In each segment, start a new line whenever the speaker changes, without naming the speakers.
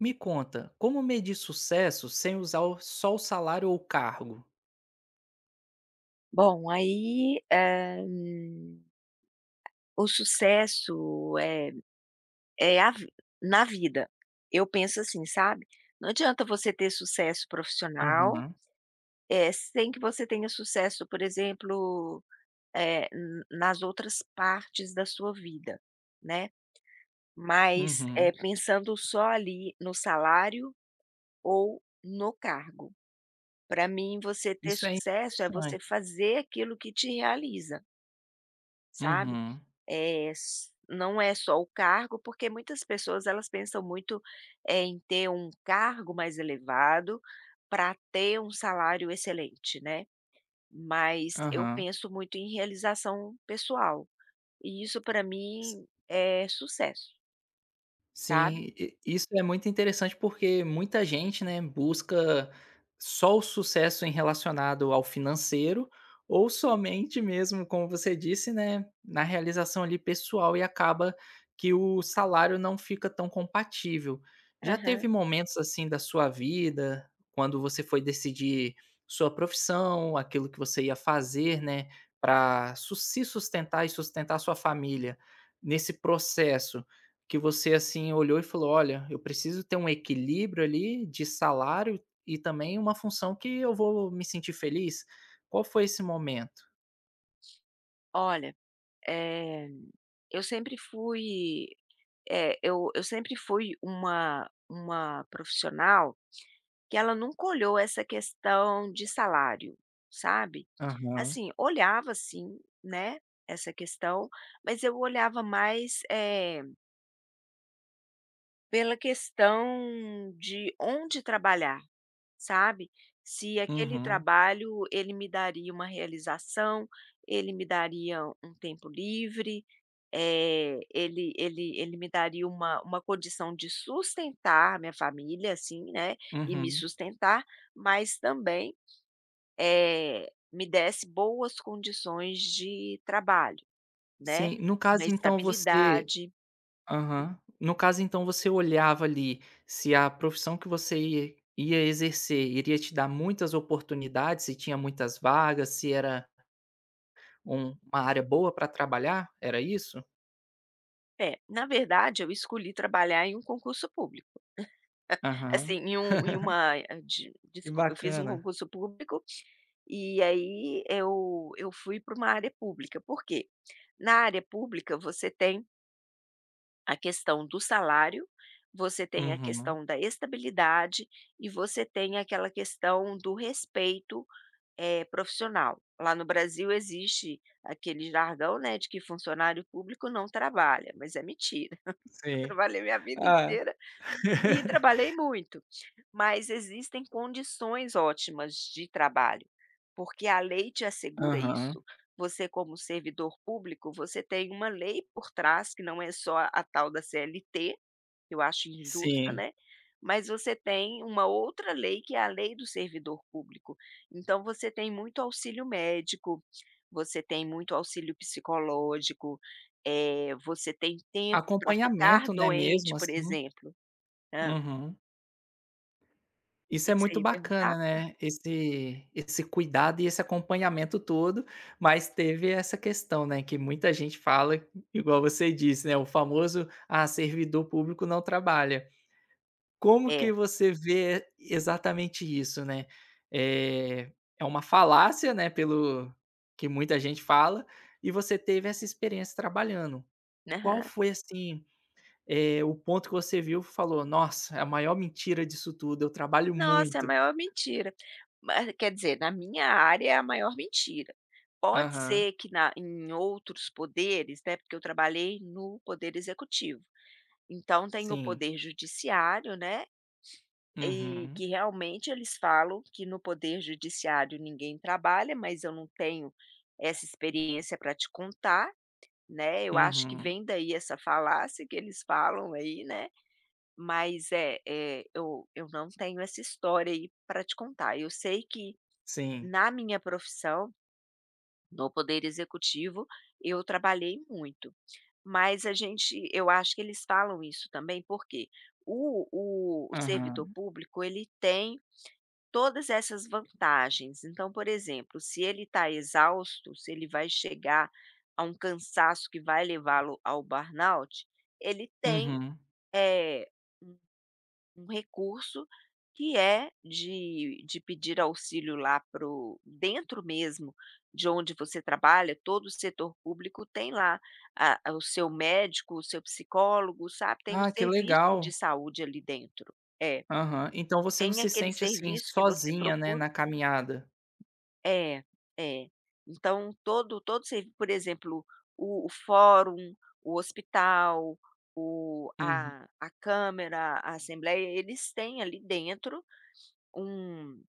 Me conta, como medir sucesso sem usar o só o salário ou o cargo?
Bom, aí, o sucesso é é a vi na vida. Eu penso assim, sabe, não adianta você ter sucesso profissional,
Aham.
sem que você tenha sucesso, por exemplo, eh, n nas outras partes da sua vida, né, mas,
Uhum.
pensando só ali no salário ou no cargo. Para mim, você ter
Isso é
sucesso é você
interessante.
fazer aquilo que te realiza, sabe.
Uhum.
Eh, s Não é só o cargo, porque muitas pessoas elas pensam muito, em ter um cargo mais elevado para ter um salário excelente, né. Mas eu
Aham.
penso muito em realização pessoal, e isso para mim é sucesso, sabe.
Sim, i isso é muito interessante, porque muita gente, né, busca só o sucesso em relacionado ao financeiro ou somente mesmo, como você disse, né, na realização ali pessoal e acaba que o salário não fica tão compatível. Já
Aham.
teve momentos, assim, da sua vida, quando você foi decidir sua profissão, aquilo que você ia fazer, né, para su se sustentar e sustentar sua família, nesse processo, que você, assim, olhou e falou: "Olha, eu preciso ter um equilíbrio ali de salário e também uma função que eu vou me sentir feliz". Qual foi esse momento?
Olha, eh, eu sempre fui, eh, eu sempre fui uma profissional que ela nunca olhou essa questão de salário, sabe.
Aham.
Assim, olhava sim, né, essa questão, mas eu olhava mais, pela questão de onde trabalhar, sabe. Se aquele
Uhum,
trabalho ele me daria uma realização, ele me daria um tempo livre, ele me daria uma condição de sustentar minha família, assim, né, e me
uhum.
sustentar, mas também me desse boas condições de trabalho, né,
Sim, no
uma
caso então você
estabilidade. Hum.
aham. No caso então você olhava ali se a profissão que você ia exercer iria te dar muitas oportunidades, se tinha muitas vagas, se era uma área boa para trabalhar, era isso?
É, na verdade eu escolhi trabalhar em um concurso público.
Aham.
Assim, em um em uma eh, de
Que
desculpa, eu fiz um
bacana.
concurso público, e aí eu fui para uma área pública, por quê? Na área pública você tem a questão do salário, você tem a
Uhum.
questão da estabilidade e você tem aquela questão do respeito, profissional. Lá no Brasil existe aquele jargão, né, de que funcionário público não trabalha, mas é mentira, eu
Sim.
trabalhei minha vida
Ah.
inteira e trabalhei muito, mas existem condições ótimas de trabalho, porque a lei te assegura
Aham,
isso. Você, como servidor público, você tem uma lei por trás, que não é só a tal da CLT, que eu acho injusta,
sim.
né? Mas você tem uma outra lei, que é a lei do servidor público. Então, você tem muito auxílio médico, você tem muito auxílio psicológico, você tem tempo para ficar
Acompanhamento, né,
doente,
mesmo
por
assim.
exemplo.
Uhum. Isso é
Que você
muito
ia perguntar?
bacana, né, esse cuidado e esse acompanhamento todo, mas teve essa questão, né, que muita gente fala, igual você disse, né, o famoso: "Ah, servidor público não trabalha". Como
É.
que você vê exatamente isso, né? é é uma falácia, né, pelo que muita gente fala, e você teve essa experiência trabalhando. Qual
Aham.
foi, assim o ponto que você viu falou: "Nossa, é a maior mentira disso tudo, eu trabalho
Nossa, é a
muito".
maior mentira. Ma Quer dizer, na minha área é a maior mentira. Pode
Aham.
ser que na em outros poderes, né, porque eu trabalhei no poder executivo, então tem o
Sim.
poder judiciário, né, e
Uhum.
que realmente eles falam que no poder judiciário ninguém trabalha, mas eu não tenho essa experiência para te contar, né, eu acho que
Uhum.
vem daí essa falácia que eles falam aí, né. Mas é, eu não tenho essa história aí para te contar. Eu sei que
Sim.
na minha profissão, no poder executivo, eu trabalhei muito, mas a gente eu acho que eles falam isso também, porque o servidor
Aham.
público, ele tem todas essas vantagens. Então, por exemplo, se ele está exausto, se ele vai chegar a um cansaço que vai levá-lo ao burnout, ele tem,
Uhum.
eh, um recurso que é de pedir auxílio lá pro dentro mesmo de onde você trabalha, todo o setor público tem lá o seu médico, o seu psicólogo, sabe, tem o
Ah, que
serviço
legal.
de saúde ali dentro. É,
Aham. Então você não
tem
se
aquele
sente, assim,
serviço que você
sozinha, né,
procura
na caminhada.
é, é. Então todo todo servi por exemplo, o fórum, o hospital, o
Uhum.
a câmara, a assembleia, eles têm ali dentro um,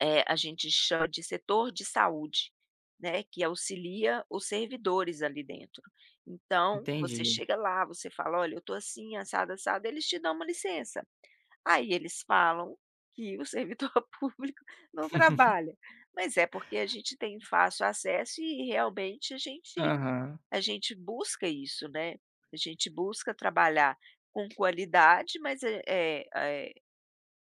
a gente chama de setor de saúde, né, que auxilia os servidores ali dentro. Então, você
Entendi.
chega lá, você fala: "Olha, eu estou assim, assado, assado", eles te dão uma licença. Aí eles falam que o servidor público não trabalha, mas é porque a gente tem fácil acesso e realmente
Aham.
a gente busca isso, né. A gente busca trabalhar com qualidade, mas,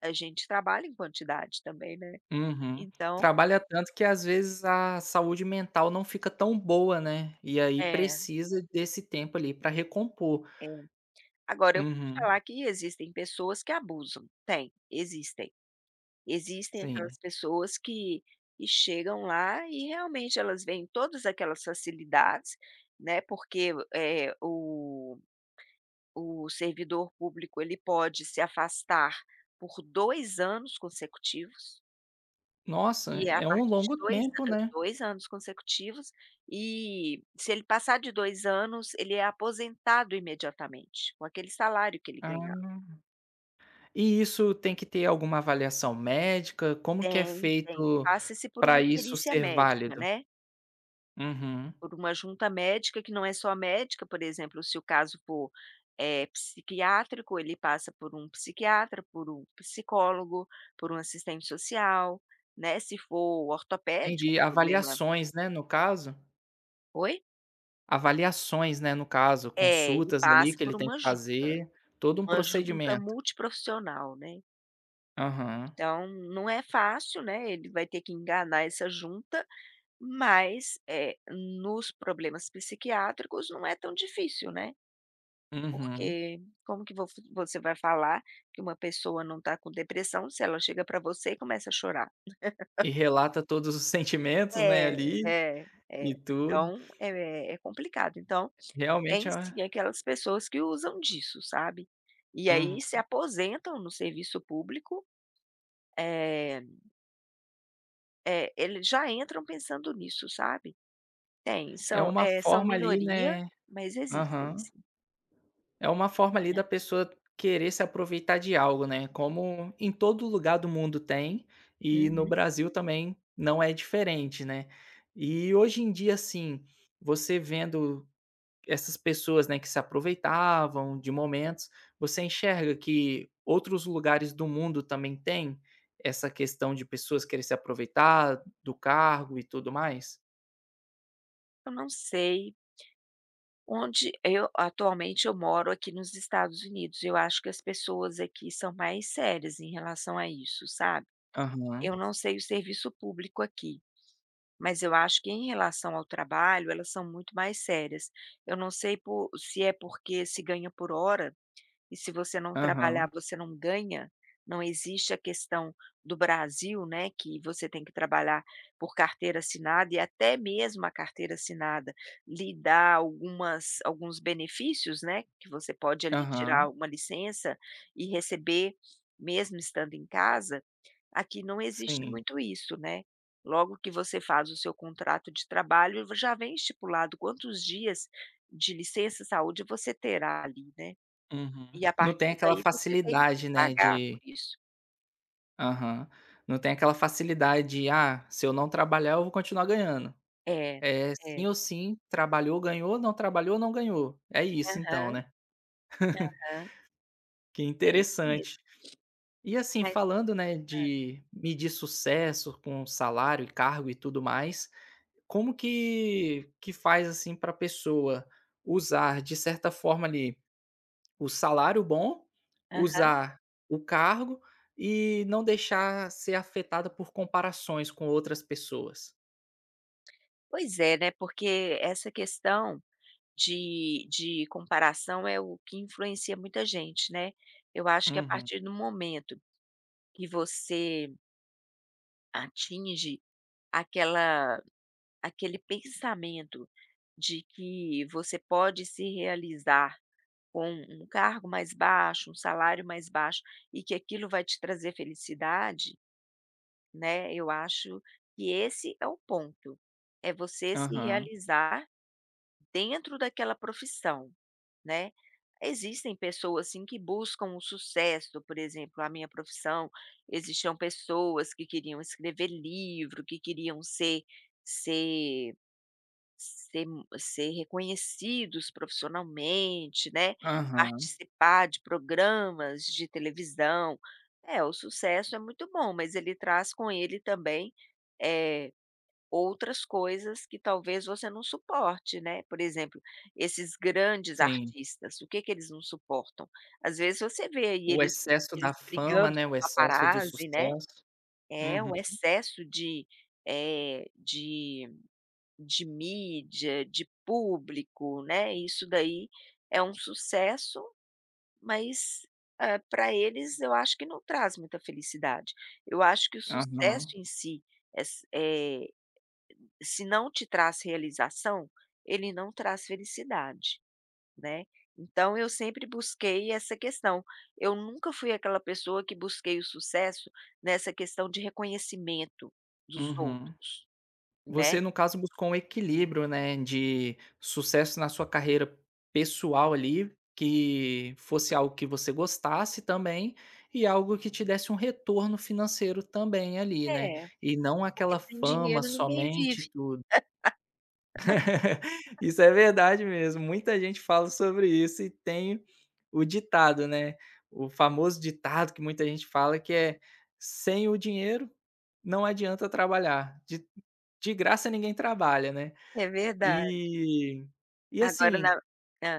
a gente trabalha em quantidade também, né.
Uhum.
Então
Trabalha tanto que às vezes a saúde mental não fica tão boa, né, e aí
é,
precisa desse tempo ali para recompor.
é. Agora eu vou te
Uhum.
falar que existem pessoas que abusam, tem, existem. Existem aquelas
Sim.
pessoas que chegam lá e realmente elas veem todas aquelas facilidades, né, porque, o servidor público ele pode se afastar por 2 anos consecutivos,
Nossa,
e é a
é um
partir de
longo
2
tempo,
an
né.
dois anos consecutivos, e se ele passar de 2 anos, ele é aposentado imediatamente, com aquele salário que ele
Ah,
ganhava.
e isso tem que ter alguma avaliação médica? Como que é
Tem, tem.
feito
Passa-se por
para
uma
isso
perícia
ser
médica,
válido?
né.
Uhum,
Por uma junta médica que não é só médica, por exemplo, se o caso for, psiquiátrico, ele passa por um psiquiatra, por um psicólogo, por um assistente social, né, se for ortopédico,
entendi.
problema.
Avaliações, né, no caso?
Oi?
Avaliações, né, no caso,
É, ele
consultas ali
passa
que ele
por
tem que fazer, todo um
uma junta
procedimento.
multiprofissional, né.
Aham,
Então não é fácil, né, ele vai ter que enganar essa junta, mas, nos problemas psiquiátricos não é tão difícil, né.
uhum.
Porque como que vo você vai falar que uma pessoa não está com depressão se ela chega para você e começa a chorar?
E relata todos os sentimentos, né,
É,
ali
é, é.
e tudo.
Então é complicado. Então
Realmente
tem
é uma
sim aquelas pessoas que usam disso, sabe. E aí se
uhum,
aposentam no serviço público, é eles já entram pensando nisso, sabe. Tem,
é
são,
uma
são
forma ali,
minoria,
né
mas existem
aham.
sim,
É uma forma ali
né.
da pessoa querer se aproveitar de algo, né, como em todo lugar do mundo tem, e no
Uhum.
Brasil também não é diferente, né. E hoje em dia, assim, você vendo essas pessoas, né, que se aproveitavam de momentos, você enxerga que outros lugares do mundo também tem essa questão de pessoas querer se aproveitar do cargo e tudo mais?
Eu não sei. Onde eu atualmente eu moro aqui nos Estados Unidos, eu acho que as pessoas aqui são mais sérias em relação a isso, sabe.
Aham,
Eu não sei o serviço público aqui, mas eu acho que em relação ao trabalho, elas são muito mais sérias. Eu não sei por se é porque se ganha por hora e se você não trabalhar,
aham,
você não ganha. Não existe a questão do Brasil, né, que você tem que trabalhar por carteira assinada e até mesmo a carteira assinada lhe dá algumas alguns benefícios, né, que você pode ali
aham,
tirar uma licença e receber mesmo estando em casa. Aqui não existe
sim.
muito isso, né. Logo que você faz o seu contrato de trabalho, já vem estipulado quantos dias de licença saúde você terá ali, né. E
Uhum.
a
Não tem
partir
aquela
daí você tem que
facilidade, né,
pagar por
de
isso.
aham. Não tem aquela facilidade de: "Ah, se eu não trabalhar, eu vou continuar ganhando".
É,
É sim
é.
ou sim, trabalhou, ganhou, não trabalhou, não ganhou. É isso então,
Aham,
né.
aham.
Que
É isso mesmo.
interessante. E assim,
Mas
falando, né, de medir sucesso com salário e cargo e tudo mais, como que faz, assim, para pessoa usar, de certa forma ali o salário bom,
hã, aham.
usar o cargo e não deixar ser afetada por comparações com outras pessoas.
Pois é, né, porque essa questão de comparação é o que influencia muita gente, né. Eu acho que a
Uhum.
partir do momento que você atinge aquela aquele pensamento de que você pode se realizar com um cargo mais baixo, um salário mais baixo e que aquilo vai te trazer felicidade, né, eu acho que esse é o ponto, é você se
Aham.
realizar dentro daquela profissão, né. Existem pessoas, assim que buscam o sucesso, por exemplo, a minha profissão, existiam pessoas que queriam escrever livro, que queriam ser ser reconhecidos profissionalmente, né,
Aham.
participar de programas de televisão. É, o sucesso é muito bom, mas ele traz com ele também, eh, outras coisas que talvez você não suporte, né. Por exemplo, esses grandes
Sim.
artistas, o que que eles não suportam? Às vezes você vê aí
O excesso
eles
da fama,
brigando
né,
com o
o excesso do
paparazzi, né.
sucesso.
É, o
Uhum.
excesso de, eh, de de mídia, de público, né, isso daí é um sucesso, mas, para eles eu acho que não traz muita felicidade. Eu acho que o sucesso
Aham.
em si, é s eh, se não te traz realização, ele não traz felicidade, né. Então eu sempre busquei essa questão. Eu nunca fui aquela pessoa que busquei o sucesso nessa questão de reconhecimento dos
Uhum.
outros, né.
Você, no caso, buscou um equilíbrio, né, de sucesso na sua carreira pessoal ali, que fosse algo que você gostasse também e algo que te desse um retorno financeiro também ali, né,
É,
e não
porque
aquela
sem
fama
dinheiro ninguém
somente
vive.
e tudo. Isso é verdade mesmo. Muita gente fala sobre isso e tem o ditado, né, o famoso ditado que muita gente fala que é: "Sem o dinheiro não adianta trabalhar, de graça ninguém trabalha", né.
É verdade.
E
Agora na
assim
hã,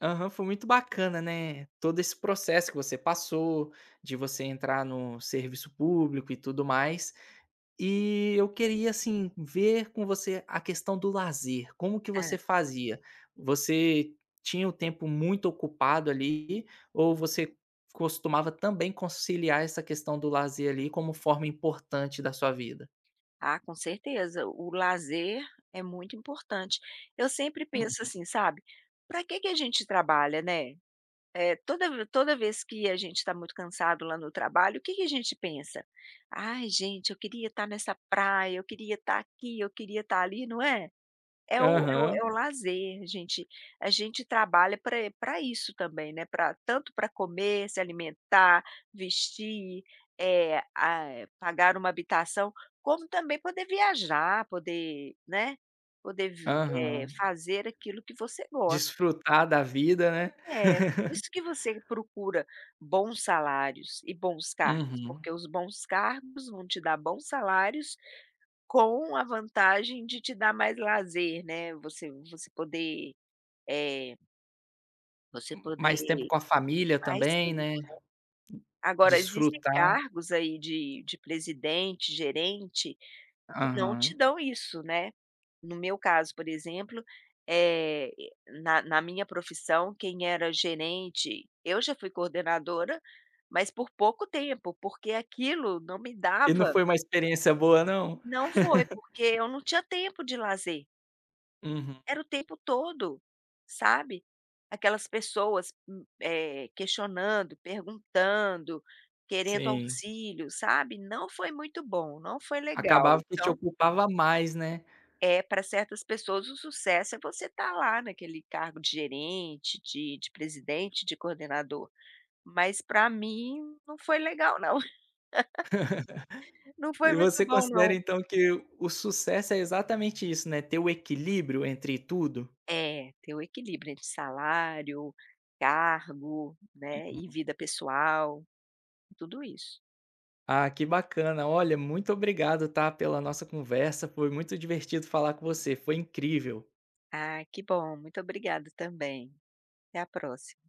aham, foi muito bacana, né, todo esse processo que você passou, de você entrar no serviço público e tudo mais. E eu queria, assim, ver com você a questão do lazer, como que você
hã.
fazia? Você tinha o tempo muito ocupado ali, ou você costumava também conciliar essa questão do lazer ali como forma importante da sua vida?
Ah, com certeza, o lazer é muito importante. Eu sempre penso
Hum.
assim, sabe, pra que que a gente trabalha, né? Eh, toda vez que a gente tá muito cansado lá no trabalho, o que que a gente pensa? "Ai gente, eu queria estar nessa praia, eu queria estar aqui, eu queria estar ali", não é? É o é o é
Aham,
o lazer, gente. A gente trabalha para e isso também, né, pra tanto para comer, se alimentar, vestir, eh, ah, pagar uma habitação, como também poder viajar, poder, né, poder
aham.
fazer aquilo que você gosta.
Desfrutar da vida, né.
É, por isso que você procura bons salários e bons cargos,
Uhum.
porque os bons cargos vão te dar bons salários com a vantagem de te dar mais lazer, né, você poder é, você
Mais tempo
poder
com a família
mais
também,
tempo.
né,
Agora existem
desfrutar.
cargos aí de presidente, gerente, que não te
Aham.
dão isso, né. No meu caso, por exemplo, eh, na minha profissão, quem era gerente eu já fui coordenadora, mas por pouco tempo, porque aquilo não me
E não
dava.
foi uma experiência boa não?
Não foi, porque eu não tinha tempo de lazer.
Uhum,
Era o tempo todo, sabe. Aquelas pessoas, questionando, perguntando, querendo
sim.
auxílio, sabe. Não foi muito bom, não foi legal.
Acabava que te
Então
ocupava mais, né.
é, para certas pessoas, o sucesso é você estar lá naquele cargo de gerente, de presidente, de coordenador. Mas para mim não foi legal não, não foi
E
muito
você
bom não.
considera então que o sucesso é exatamente isso, né, ter o equilíbrio entre tudo?
É, ter o equilíbrio entre salário, cargo, né, e
Uhum.
vida pessoal, tudo isso.
Ah, que bacana. Olha, muito obrigado, tá, pela nossa conversa, foi muito divertido falar com você, foi incrível.
Ah, que bom. Muito obrigada também. Até a próxima.